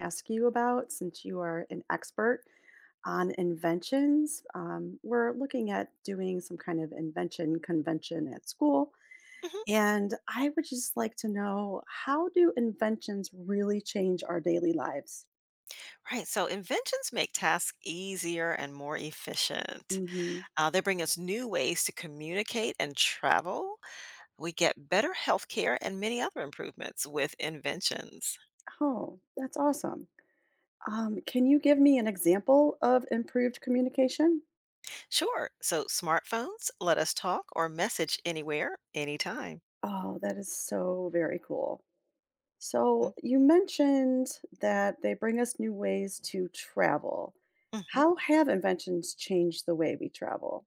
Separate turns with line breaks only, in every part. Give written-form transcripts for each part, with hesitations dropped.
Ask you about since you are an expert on inventions. We're looking at doing some kind of invention convention at school.
Mhm.
And I would just like to know, how do inventions really change our daily lives?
Right. So inventions make tasks easier and more efficient.
Hmm.
They bring us new ways to communicate and travel. We get better healthcare and many other improvements with inventions.
Oh, that's awesome. Can you give me an example of improved communication?
Sure. So smartphones let us talk or message anywhere, anytime.
Oh, that is so very cool.
Mm,
So, you mentioned that they bring us new ways to travel.
mhm.
How have inventions changed the way we travel?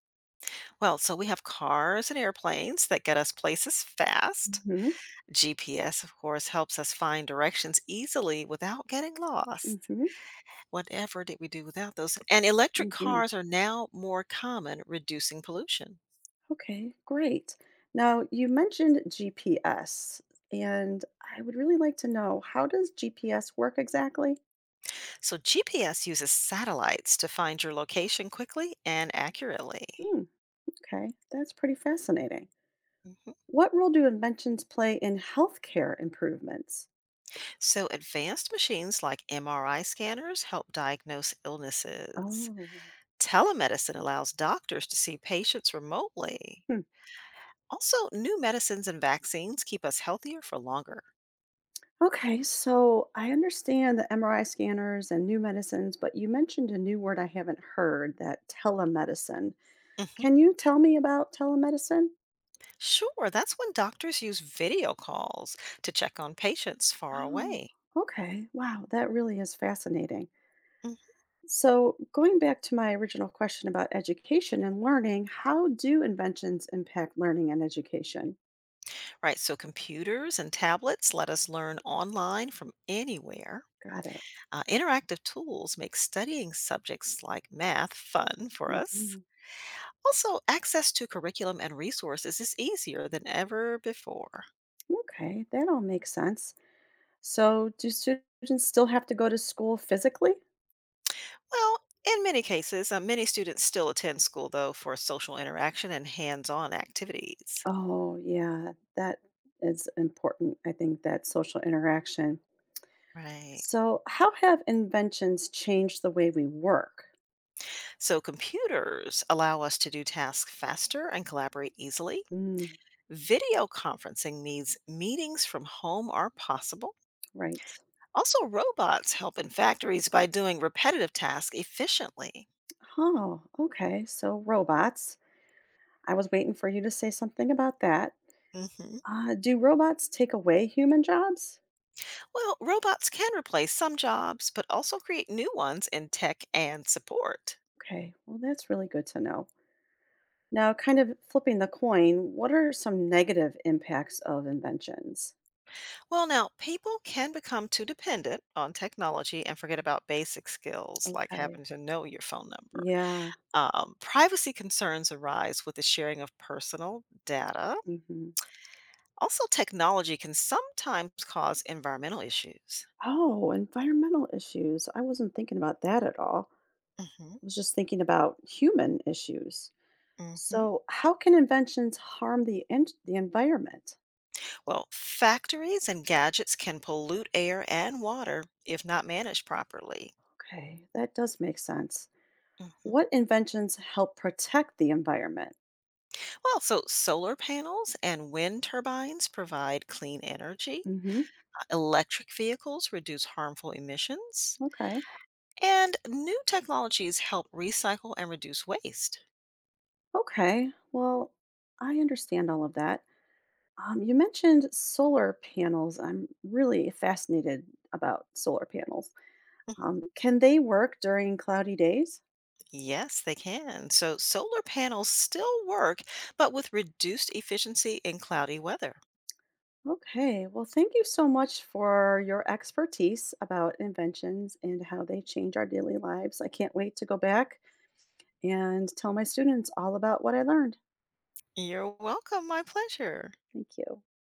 Well, so we have cars and airplanes that get us places fast.
Mhm.
GPS, of course, helps us find directions easily without getting lost.
Mhm.
Whatever did we do without those? And electric
Mhm.
cars are now more common, reducing pollution.
Okay, great. Now, you mentioned GPS, and I would really like to know, how does GPS work exactly?
So, GPS uses satellites to find your location quickly and accurately.
Hmm, okay, that's pretty fascinating.
Mhm.
What role do inventions play in healthcare improvements?
So, advanced machines like MRI scanners help diagnose illnesses.
Oh.
Telemedicine allows doctors to see patients remotely.
Hmm.
Also, new medicines and vaccines keep us healthier for longer.
Okay, so I understand the MRI scanners and new medicines, but you mentioned a new word I haven't heard, that telemedicine.
Mhm.
Can you tell me about telemedicine?
Sure, that's when doctors use video calls to check on patients far
Oh,
away.
okay. Wow, that really is fascinating.
Mm.
So, going back to my original question about education and learning, how do inventions impact learning and education?
Right, so computers and tablets let us learn online from anywhere.
Got it.
Interactive tools make studying subjects like math fun for us.
Mhm.
Also, access to curriculum and resources is easier than ever before.
Okay, that all makes sense. So, do students still have to go to school physically?
Well, in many cases, many students still attend school though for social interaction and hands on activities.
Oh, yeah, that is important. I think that social interaction.
Right.
So, how have inventions changed the way we work?
So, computers allow us to do tasks faster and collaborate easily.
Mm.
Video conferencing means meetings from home are possible.
Right.
Also, robots help in factories by doing repetitive tasks efficiently.
Oh, okay. So, robots. I was waiting for you to say something about that.
Mhm.
Do robots take away human jobs?
Well, robots can replace some jobs, but also create new ones in tech and support.
Okay, well, that's really good to know. Now, kind of flipping the coin, what are some negative impacts of inventions?
Well, now, people can become too dependent on technology and forget about basic skills like
Okay.
having to know your phone number.
Yeah.
Privacy concerns arise with the sharing of personal data.
Mhm.
Also, technology can sometimes cause environmental issues.
Oh, environmental issues. I wasn't thinking about that at all.
Hmm.
I was just thinking about human issues.
Hmm.
So, how can inventions harm the environment?
Well, factories and gadgets can pollute air and water if not managed properly.
Okay, that does make sense.
Hmm.
What inventions help protect the environment?
Well, so solar panels and wind turbines provide clean energy.
Mhm.
Electric vehicles reduce harmful emissions.
Okay.
And new technologies help recycle and reduce waste.
Okay. Well, I understand all of that. You mentioned solar panels. I'm really fascinated about solar panels. Can they work during cloudy days?
Yes, they can. So solar panels still work, but with reduced efficiency in cloudy weather.
Okay, well, thank you so much for your expertise about inventions and how they change our daily lives. I can't wait to go back and tell my students all about what I learned.
You're welcome. My pleasure.
Thank you.